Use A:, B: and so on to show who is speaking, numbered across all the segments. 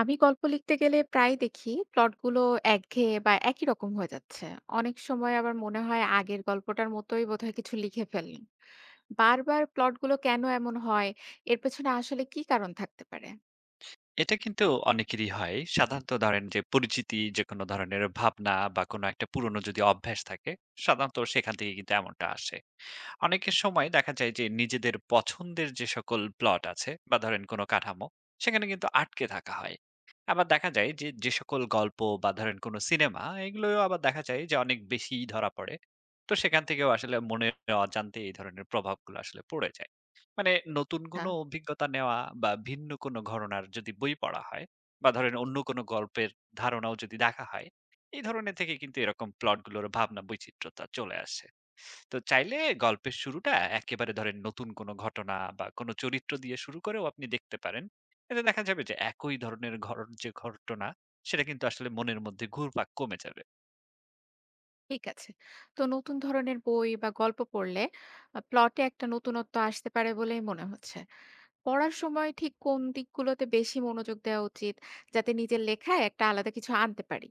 A: আমি গল্প লিখতে গেলে প্রায় দেখি প্লটগুলো একঘেয়ে বা একই রকম হয়ে যাচ্ছে। অনেক সময় আবার মনে হয় আগের গল্পটার মতোই বোধহয় কিছু লিখে ফেললাম। বারবার প্লটগুলো কেন এমন হয়? এর পেছনে আসলে কি কারণ থাকতে পারে?
B: এটা কিন্তু অনেকেরই হয়। সাধারণত ধরেন যে পরিচিতি যেকোনো ধরনের ভাবনা বা কোনো একটা পুরনো যদি অভ্যাস থাকে, সাধারণত সেখান থেকে কিন্তু এমনটা আসে। অনেকের সময় দেখা যায় যে নিজেদের পছন্দের যে সকল প্লট আছে বা ধরেন কোনো কাঠামো, সেখানে কিন্তু আটকে থাকা হয়। আবার দেখা যায় যে, যে সকল গল্প বা ধরেন কোনো সিনেমা, এগুলোও আবার দেখা যায় যে অনেক বেশিই ধরা পড়ে। তো সেখান থেকেও আসলে মনের অজান্তে এই ধরনের প্রভাবগুলো আসলে পড়ে যায়। মানে নতুন কোনো
A: হ্যাঁ,
B: অভিজ্ঞতা নেওয়া বা ভিন্ন কোনো ঘরানার যদি বই পড়া হয় বা ধরেন অন্য কোনো গল্পের ধারণাও যদি দেখা হয়, এই ধরনের থেকে কিন্তু এরকম প্লটগুলোর ভাবনা বৈচিত্র্যতা চলে আসে। তো চাইলে গল্পের শুরুটা একেবারে ধরেন নতুন কোনো ঘটনা বা কোনো চরিত্র দিয়ে শুরু করেও আপনি দেখতে পারেন। এতে দেখা যাবে যে একই ধরনের ঘর যে ঘটনা সেটা কিন্তু আসলে মনের মধ্যে ঘুরপাক কমে যাবে।
A: ঠিক আছে। তো নতুন ধরনের বই বা গল্প পড়লে প্লটে একটা নতুনত্ব আসতে পারে বলেই মনে হচ্ছে। পড়ার সময় ঠিক কোন দিকগুলোতে বেশি মনোযোগ দেওয়া উচিত যাতে নিজের লেখায় একটা আলাদা কিছু আনতে পারি?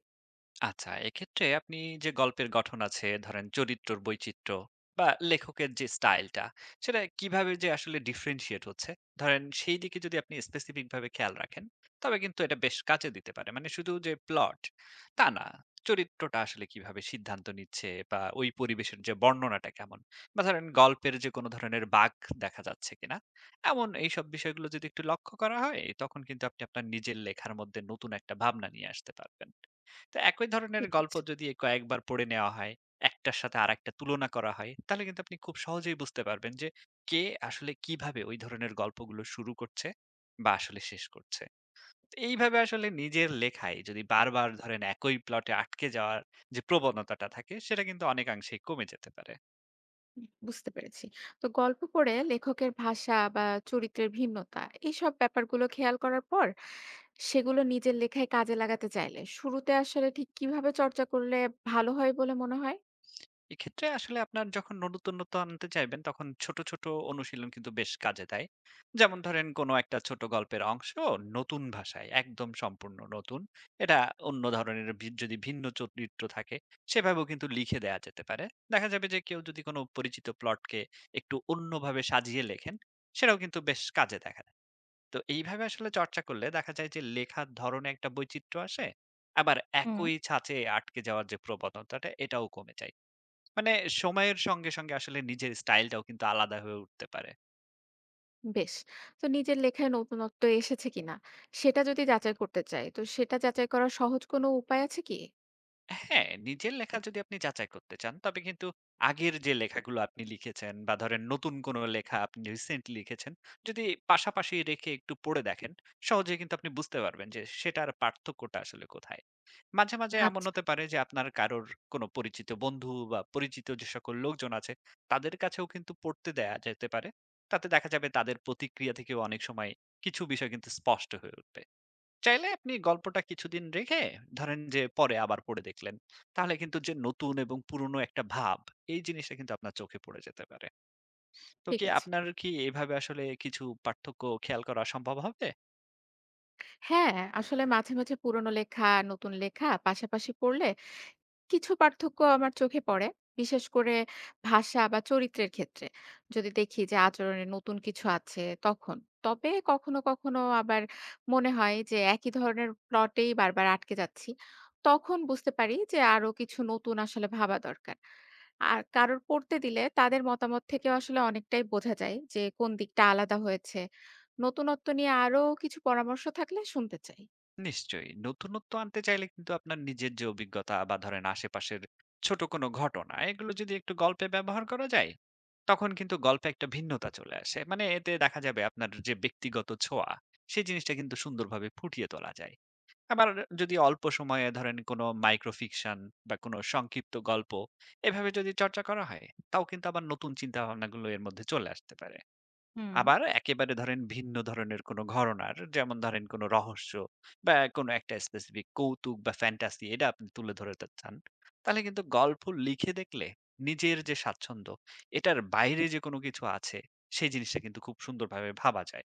B: আচ্ছা, এক্ষেত্রে আপনি যে গল্পের গঠন আছে, ধরেন চরিত্রর বৈচিত্র্য বা লেখকের যে স্টাইলটা, সেটা কিভাবে যে আসলে ডিফারেনশিয়েট হচ্ছে, ধরেন সেই দিকে যদি আপনি স্পেসিফিক ভাবে খেয়াল রাখেন, তবে কিন্তু এটা বেশ কাজে দিতে পারে। মানে শুধু যে প্লট, তা না। চরিত্রটা আসলে কিভাবে সিদ্ধান্ত নিচ্ছে বা ওই পরিবেশের যে বর্ণনাটা কেমন? বা ধরেন গল্পের যে কোনো ধরনের বাঁক দেখা যাচ্ছে কিনা? এমন এইসব বিষয়গুলো যদি একটু লক্ষ্য করা হয়, তখন কিন্তু আপনি আপনার নিজের লেখার মধ্যে নতুন একটা ভাবনা নিয়ে আসতে পারবেন। তো একই ধরনের
A: ঠিক
B: গল্প
A: আছে,
B: যদি কয়েকবার পড়ে নেওয়া হয়, একটার সাথে আরেকটা তুলনা করা হয়, তাহলে কিন্তু আপনি খুব সহজেই বুঝতে পারবেন যে কে আসলে কিভাবে ওই ধরনের গল্পগুলো শুরু করছে বা আসলে শেষ করছে। তো এইভাবে আসলে নিজের লেখায় যদি বারবার ধরেন একই প্লটে আটকে যাওয়ার যে প্রবণতাটা থাকে, সেটা কিন্তু অনেকাংশেই কমে যেতে পারে।
A: বুঝতে পেরেছি। তো গল্প পড়ে লেখকের ভাষা বা চরিত্রের ভিন্নতা এইসব ব্যাপারগুলো খেয়াল করার পর সেগুলো নিজের লেখায় কাজে লাগাতে চাইলে শুরুতে আসলে ঠিক কিভাবে চর্চা করলে ভালো হয় বলে মনে হয়?
B: এক্ষেত্রে আসলে আপনার যখন নতুনত্ব আনতে চাইবেন, তখন ছোট, ছোট অনুশীলন কিন্তু বেশ কাজে দেয়। যেমন ধরেন কোনো একটা ছোট গল্পের অংশ নতুন ভাষায়, একদম সম্পূর্ণ নতুন। এটা অন্য ধরনের যদি ভিন্ন চরিত্র থাকে, সেভাবেও কিন্তু লিখে দেয়া যেতে পারে। দেখা যাবে যে কেউ যদি কোনো পরিচিত প্লটকে একটু অন্যভাবে সাজিয়ে লেখেন, সেটাও কিন্তু বেশ কাজে দেখা দেয়। তো এইভাবে আসলে চর্চা করলে দেখা যায় যে লেখার ধরনে একটা বৈচিত্র্য আসে, আবার
A: হুম,
B: একই ছাঁচে আটকে যাওয়ার যে প্রবণতাটা, এটাও কমে যায়। মানে সময়ের সঙ্গে, সঙ্গে আসলে নিজের স্টাইলটাও কিন্তু আলাদা হয়ে উঠতে পারে।
A: বেশ। তো নিজের লেখায় নতুনত্ব এসেছে কিনা সেটা যদি যাচাই করতে চাই তো সেটা যাচাই করার সহজ কোনো উপায় আছে কি?
B: হ্যাঁ, নিজের লেখা যদি আপনি যাচাই করতে চান, তবে কিন্তু আগের যে লেখাগুলো আপনি লিখেছেন বা ধরেন নতুন কোনো লেখা আপনি রিসেন্টলি লিখেছেন, যদি পাশাপাশি রেখে একটু পড়ে দেখেন, সহজেই কিন্তু আপনি বুঝতে পারবেন যে সেটার পার্থক্যটা আসলে কোথায়। মাঝে, মাঝে এমন
A: আচ্ছা,
B: হতে পারে যে আপনার কারোর কোনো পরিচিত বন্ধু বা পরিচিত যে সকল লোকজন আছে, তাদের কাছেও কিন্তু পড়তে দেয়া যেতে পারে। তাতে দেখা যাবে তাদের প্রতিক্রিয়া থেকেও অনেক সময় কিছু বিষয় কিন্তু স্পষ্ট হয়ে উঠবে। চাইলে আপনি গল্পটা কিছুদিন রেখে ধরেন যে পরে আবার পড়ে দেখলেন। তাহলে কিন্তু যে নতুন এবং পুরনো একটা ভাব, এই জিনিসটা কিন্তু আপনার চোখে পড়ে যেতে পারে। তো
A: ঠিক
B: কি
A: আছে।
B: আপনার কি এভাবে আসলে কিছু পার্থক্য খেয়াল করা সম্ভব হবে?
A: হ্যাঁ, আসলে মাঝে, মাঝে পুরোনো লেখা, নতুন লেখা পাশাপাশি পড়লে কিছু পার্থক্য আমার চোখে পড়ে। বিশেষ করে ভাষা বা চরিত্রের ক্ষেত্রে। যদি দেখি যে আচরণে নতুন কিছু আছে তখন। তবে কখনো, কখনো আবার মনে হয় যে একই ধরনের প্লটেই বারবার আটকে যাচ্ছি। তখন বুঝতে পারি যে আরো কিছু নতুন আসলে ভাবা দরকার। আর কারোর পড়তে দিলে তাদের মতামত থেকেও আসলে অনেকটাই বোঝা যায় যে কোন দিকটা আলাদা হয়েছে। নতুনত্ব নিয়ে আরো কিছু পরামর্শ থাকলে শুনতে চাই।
B: নিশ্চয়ই। নতুনত্ব আনতে চাইলে কিন্তু আপনার নিজের যে অভিজ্ঞতা বা ধরেন আশেপাশের ছোট কোনো ঘটনা, এগুলো যদি একটু গল্পে ব্যবহার করা যায়, তখন কিন্তু গল্পে একটা ভিন্নতা চলে আসে। মানে এতে দেখা যাবে আপনার যে ব্যক্তিগত ছোঁয়া, সেই জিনিসটা কিন্তু সুন্দরভাবে ফুটিয়ে তোলা যায়। আবার যদি অল্প সময়ে ধরেন কোনো মাইক্রোফিকশন বা কোনো সংক্ষিপ্ত গল্প এভাবে যদি চর্চা করা হয়, তাও কিন্তু আবার নতুন চিন্তা ভাবনাগুলো এর মধ্যে চলে আসতে পারে।
A: হুম।
B: আবার একেবারে ধরেন ভিন্ন ধরনের কোনো ঘরনার যেমন ধরেন কোনো রহস্য বা কোনো একটা স্পেসিফিক কৌতুক বা ফ্যান্টাসি এটা আপনি তুলে ধরতে চান, তাহলে কিন্তু গল্প লিখে দেখলে নিজের যে স্বাচ্ছন্দ্য এটার বাইরে যে কোনো কিছু আছে সেই জিনিসটা কিন্তু খুব সুন্দরভাবে ভাবা যায়।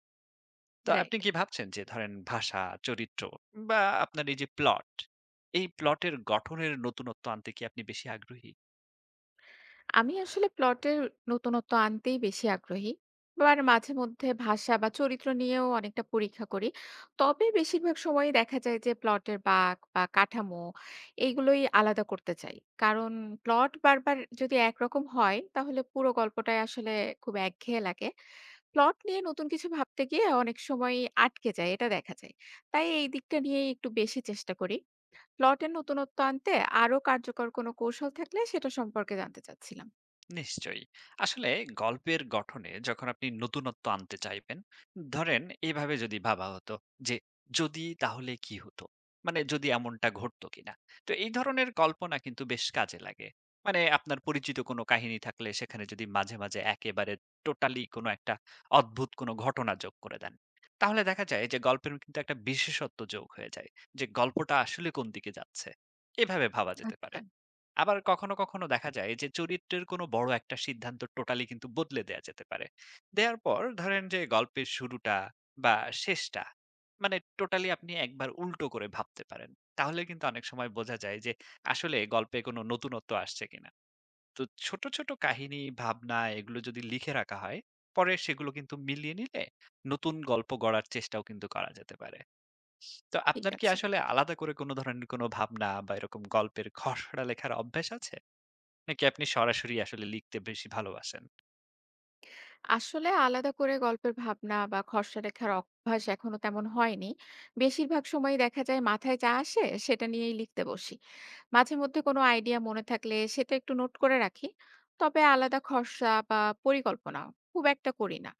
B: তো আপনি
A: রাইট।
B: কি ভাবছেন যে ধরেন ভাষা, চরিত্র বা আপনার এই যে প্লট, এই প্লটের গঠনের নতুনত্ব আনতে কি আপনি বেশি আগ্রহী?
A: আমি আসলে প্লটের নতুনত্ব আনতেই বেশি আগ্রহী। আবার মাঝে মধ্যে ভাষা বা চরিত্র নিয়েও অনেকটা পরীক্ষা করি। তবে বেশিরভাগ সময়ই দেখা যায় যে প্লটের বাঁক বা কাঠামো এইগুলোই আলাদা করতে চাই। কারণ প্লট বারবার যদি একরকম হয় তাহলে পুরো গল্পটাই আসলে খুব একঘেয়ে লাগে। প্লট নিয়ে নতুন কিছু ভাবতে গিয়ে অনেক সময়ই আটকে যায়, এটা দেখা যায়। তাই এই দিকটা নিয়েই একটু বেশি চেষ্টা করি। প্লটের নতুনত্ব আনতে আরো কার্যকর কোনো কৌশল থাকলে সেটা সম্পর্কে জানতে চাচ্ছিলাম।
B: নিশ্চয়ই। আসলে গল্পের গঠনে যখন আপনি নতুনত্ব আনতে চাইবেন, ধরেন এভাবে যদি ভাবা হতো যে, "যদি তাহলে কি হতো?" মানে যদি এমনটা ঘটতো কিনা? তো এই ধরনের কল্পনা কিন্তু বেশ কাজে লাগে। মানে আপনার পরিচিত কোনো কাহিনী থাকলে সেখানে যদি মাঝে, মাঝে একেবারে টোটালি কোনো একটা অদ্ভুত কোনো ঘটনা যোগ করে দেন, তাহলে দেখা যায় যে গল্পের কিন্তু একটা বিশেষত্ব যোগ হয়ে যায়। যে গল্পটা আসলে কোন দিকে যাচ্ছে? এভাবে ভাবা যেতে পারে।
A: আচ্ছা,
B: আবার কখনো, কখনো দেখা যায় যে চরিত্রের কোনো বড় একটা সিদ্ধান্ত টোটালি কিন্তু বদলে দেয়া যেতে পারে। দেয়ার পর ধরেন যে গল্পের শুরুটা বা শেষটা মানে টোটালি আপনি একবার উল্টো করে ভাবতে পারেন। তাহলে কিন্তু অনেক সময় বোঝা যায় যে আসলে গল্পে কোনো নতুনত্ব আসছে কিনা। তো ছোট, ছোট কাহিনী, ভাবনা এগুলো যদি লিখে রাখা হয়, পরে সেগুলো কিন্তু মিলিয়ে নিলে নতুন গল্প গড়ার চেষ্টাও কিন্তু করা যেতে পারে। তো
A: ঠিক
B: আপনার কি
A: আছে।
B: আসলে আলাদা করে কোনো ধরনের কোনো ভাবনা বা এরকম গল্পের খসড়া লেখার অভ্যাস আছে? নাকি আপনি সরাসরি আসলে লিখতে বেশি ভালোবাসেন?
A: আসলে আলাদা করে গল্পের ভাবনা বা খসড়া লেখার অভ্যাস এখনো তেমন হয়নি। বেশিরভাগ সময়ই দেখা যায় মাথায় যা আসে সেটা নিয়েই লিখতে বসি। মাঝে মধ্যে কোনো আইডিয়া মনে থাকলে সেটা একটু নোট করে রাখি। তবে আলাদা খসড়া বা পরিকল্পনা খুব একটা করি না।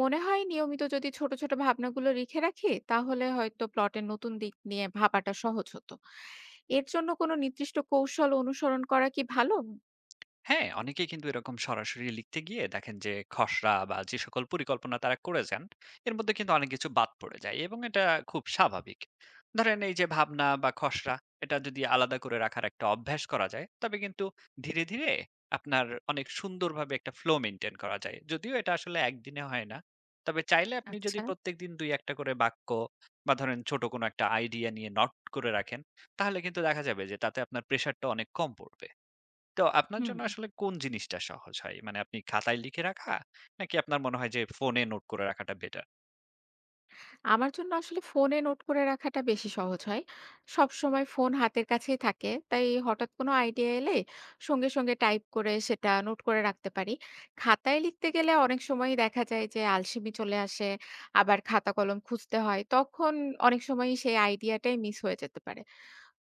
A: মনে হয় নিয়মিত যদি ছোট, ছোট ভাবনাগুলো লিখে রাখি তাহলে হয়তো প্লটের নতুন দিক নিয়ে ভাবাটা সহজ হতো। এর জন্য কোনো নির্দিষ্ট কৌশল অনুসরণ করা কি ভালো?
B: হ্যাঁ, অনেকেই কিন্তু এরকম সরাসরি লিখতে গিয়ে দেখেন যে খসড়া বা যে সকল পরিকল্পনা তারা করেছেন এর মধ্যে কিন্তু অনেক কিছু বাদ পড়ে যায় এবং এটা খুব স্বাভাবিক। ধরেন এই যে ভাবনা বা খসড়া এটা যদি আলাদা করে রাখার একটা অভ্যাস করা যায় তবে কিন্তু ধীরে ধীরে আপনার অনেক সুন্দরভাবে একটা ফ্লো মেইনটেইন করা যায়। যদিও এটা আসলে একদিনে হয় না। তবে চাইলে আপনি যদি
A: আচ্ছা।
B: প্রত্যেকদিন ২-১ টা করে বাক্য বা ধরেন ছোট কোনো একটা আইডিয়া নিয়ে নোট করে রাখেন তাহলে কিন্তু দেখা যাবে যে তাতে আপনার প্রেশারটা অনেক কম পড়বে। তো আপনার
A: হুম।
B: জন্য আসলে কোন জিনিসটা সহজ হয়? মানে আপনি খাতায় লিখে রাখা? নাকি আপনার মনে হয় যে ফোনে নোট করে রাখাটা বেটার?
A: আমার জন্য আসলে ফোনে নোট করে রাখাটা বেশি সহজ হয়। সবসময় ফোন হাতের কাছেই থাকে। তাই হঠাৎ কোনো আইডিয়া এলে সঙ্গে, সঙ্গে টাইপ করে সেটা নোট করে রাখতে পারি। খাতায় লিখতে গেলে অনেক সময়ই দেখা যায় যে আলসেমি চলে আসে। আবার খাতা কলম খুঁজতে হয়। তখন অনেক সময়ই সেই আইডিয়াটাই মিস হয়ে যেতে পারে।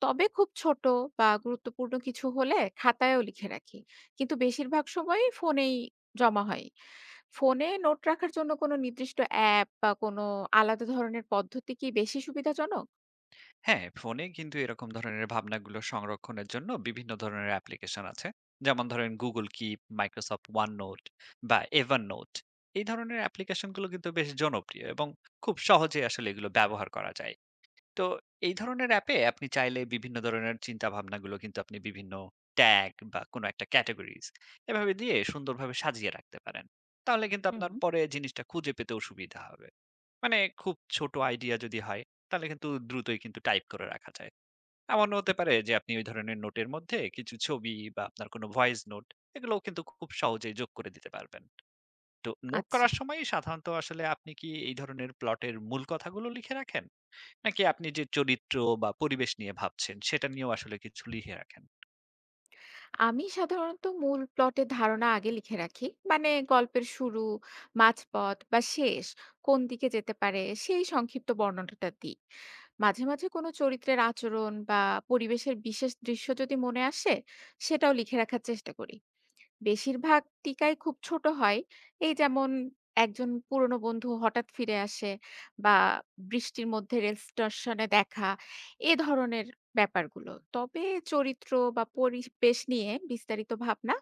A: তবে খুব ছোট বা গুরুত্বপূর্ণ কিছু হলে খাতায়ও লিখে রাখি। কিন্তু বেশিরভাগ সময়ই ফোনেই জমা হয়। ফোনে নোট রাখার জন্য কোনো নির্দিষ্ট অ্যাপ বা কোনো আলাদা ধরনের পদ্ধতি কি বেশি সুবিধাজনক?
B: হ্যাঁ, ফোনে কিন্তু এরকম ধরনের ভাবনাগুলো সংরক্ষণের জন্য বিভিন্ন ধরনের অ্যাপ্লিকেশন আছে। যেমন ধরেন Google Keep, Microsoft OneNote বা Evernote। এই ধরনের অ্যাপ্লিকেশনগুলো কিন্তু বেশ জনপ্রিয় এবং খুব সহজেই আসলে এগুলো ব্যবহার করা যায়। তো এই ধরনের অ্যাপে আপনি চাইলে বিভিন্ন ধরনের চিন্তা ভাবনাগুলো কিন্তু আপনি বিভিন্ন ট্যাগ বা কোনো একটা ক্যাটাগরিজ এভাবে দিয়ে সুন্দরভাবে সাজিয়ে রাখতে পারেন, তাহলে কিন্তু
A: হুম।
B: আপনার পরে জিনিসটা খুঁজে পেতেও সুবিধা হবে। মানে খুব ছোট আইডিয়া যদি হয় তাহলে কিন্তু দ্রুতই কিন্তু টাইপ করে রাখা যায়। এমন হতে পারে যে আপনি ওই ধরনের নোটের মধ্যে কিছু ছবি বা আপনার কোনো ভয়েস নোট এগুলোও কিন্তু খুব সহজেই যোগ করে দিতে পারবেন। তো নোট
A: আচ্ছা।
B: করার সময় সাধারণত আসলে আপনি কি এই ধরনের প্লটের মূল কথাগুলো লিখে রাখেন নাকি আপনি যে চরিত্র বা পরিবেশ নিয়ে ভাবছেন সেটা নিয়েও আসলে কিছু লিখে রাখেন?
A: আমি সাধারণত মূল প্লটের ধারণা আগে লিখে রাখি। মানে গল্পের শুরু, মাঝপথ বা শেষ কোন দিকে যেতে পারে সেই সংক্ষিপ্ত বর্ণনাটা দিই। মাঝে, মাঝে কোনো চরিত্রের আচরণ বা পরিবেশের বিশেষ দৃশ্য যদি মনে আসে, সেটাও লিখে রাখার চেষ্টা করি। বেশিরভাগ টিকাই খুব ছোট হয়। এই যেমন একজন পুরনো বন্ধু হঠাৎ ফিরে আসে বা বৃষ্টির মধ্যে রেল স্টেশনে দেখা, এ ধরনের ব্যাপারগুলো। তবে চরিত্র বা পরিবেশ নিয়ে বিস্তারিত ভাবনা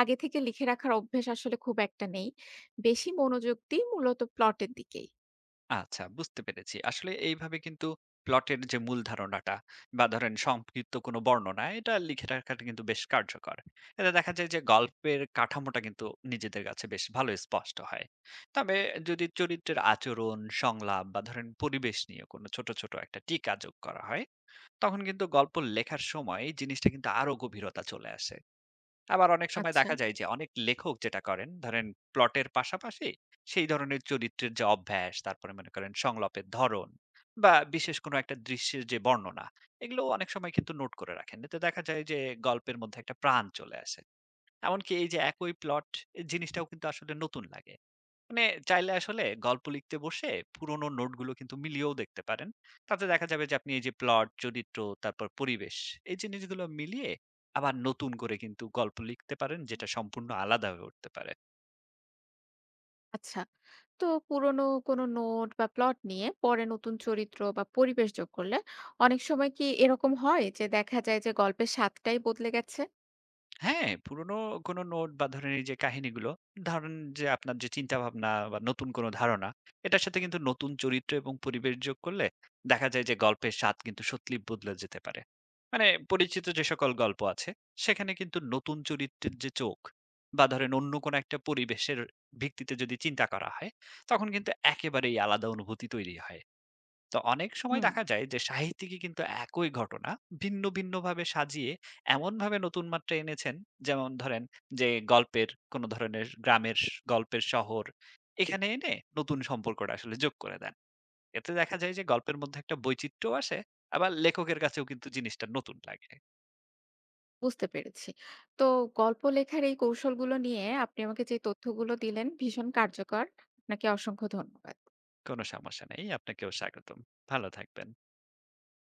A: আগে থেকে লিখে রাখার অভ্যেস আসলে খুব একটা নেই। বেশি মনোযোগ দিই মূলত প্লটের দিকেই।
B: আচ্ছা বুঝতে পেরেছি। আসলে এইভাবে কিন্তু প্লটের যে মূল ধারণাটা বা ধরেন সংক্ষিপ্ত কোনো বর্ণনা এটা লিখে রাখাটা কিন্তু বেশ কার্যকর। এতে দেখা যায় যে গল্পের কাঠামোটা কিন্তু নিজেদের কাছে বেশ ভালো স্পষ্ট হয়। তবে যদি চরিত্রের আচরণ, সংলাপ বা ধরেন পরিবেশ নিয়ে কোনো ছোট, ছোট একটা টিকা যোগ করা হয় তখন কিন্তু গল্প লেখার সময় এই জিনিসটা কিন্তু আরো গভীরতা চলে আসে। আবার অনেক সময়
A: আচ্ছা।
B: দেখা যায় যে অনেক লেখক যেটা করেন ধরেন প্লটের পাশাপাশি সেই ধরনের চরিত্রের যে অভ্যাস তারপরে মনে করেন সংলাপের ধরন বা বিশেষ কোনো একটা দৃশ্যের যে বর্ণনা এগুলো অনেক সময় কিন্তু নোট করে রাখেন, এতে দেখা যায় যে গল্পের মধ্যে একটা প্রাণ চলে আসে। এমনকি এই যে একই প্লট জিনিসটাও কিন্তু আসলে নতুন লাগে। মানে চাইলে আসলে গল্প লিখতে বসে পুরোনো নোটগুলো কিন্তু মিলিয়েও দেখতে পারেন। তাতে দেখা যাবে যে আপনি এই যে প্লট, চরিত্র, তারপর পরিবেশ এই জিনিসগুলো মিলিয়ে আবার নতুন করে কিন্তু গল্প লিখতে পারেন যেটা সম্পূর্ণ আলাদা হয়ে উঠতে পারে।
A: আচ্ছা, তো পুরোনো কোনো নোট বা প্লট নিয়ে পরে নতুন চরিত্র বা পরিবেশ যোগ করলে অনেক সময় কি এরকম হয় যে দেখা যায় যে গল্পের স্বাদটাই বদলে গেছে?
B: হ্যাঁ, পুরনো কোনো নোট বা ধরেন এই যে কাহিনীগুলো, ধরেন যে আপনার যে চিন্তাভাবনা বা নতুন কোনো ধারণা, এটার সাথে কিন্তু নতুন চরিত্র এবং পরিবেশ যোগ করলে দেখা যায় যে গল্পের স্বাদ কিন্তু সত্যিই বদলে যেতে পারে। মানে পরিচিত যে সকল গল্প আছে, সেখানে কিন্তু নতুন চরিত্রের যে চোখ বা ধরেন অন্য কোনো একটা পরিবেশের ভিত্তিতে যদি চিন্তা করা হয়, তখন কিন্তু একেবারেই আলাদা অনুভূতি তৈরি হয়। তো অনেক সময়
A: হুম,
B: দেখা যায় যে সাহিত্যিকই কিন্তু একই ঘটনা ভিন্ন ভিন্ন ভাবে সাজিয়ে এমন ভাবে নতুন মাত্রা এনেছেন। যেমন ধরেন যে গল্পের কোন ধরনের গল্পের শহর এখানে এনে নতুন সম্পর্কটা আসলে যোগ করে দেন, এতে দেখা যায় যে গল্পের মধ্যে একটা বৈচিত্র্য আসে, আবার লেখকের কাছেও কিন্তু জিনিসটা নতুন লাগে।
A: বুঝতে পেরেছি। তো গল্প লেখার এই কৌশলগুলো নিয়ে আপনি আমাকে যে তথ্যগুলো দিলেন ভীষণ কার্যকর। আপনাকে অসংখ্য ধন্যবাদ।
B: কোনো সমস্যা নেই, আপনাকেও স্বাগতম। ভালো থাকবেন।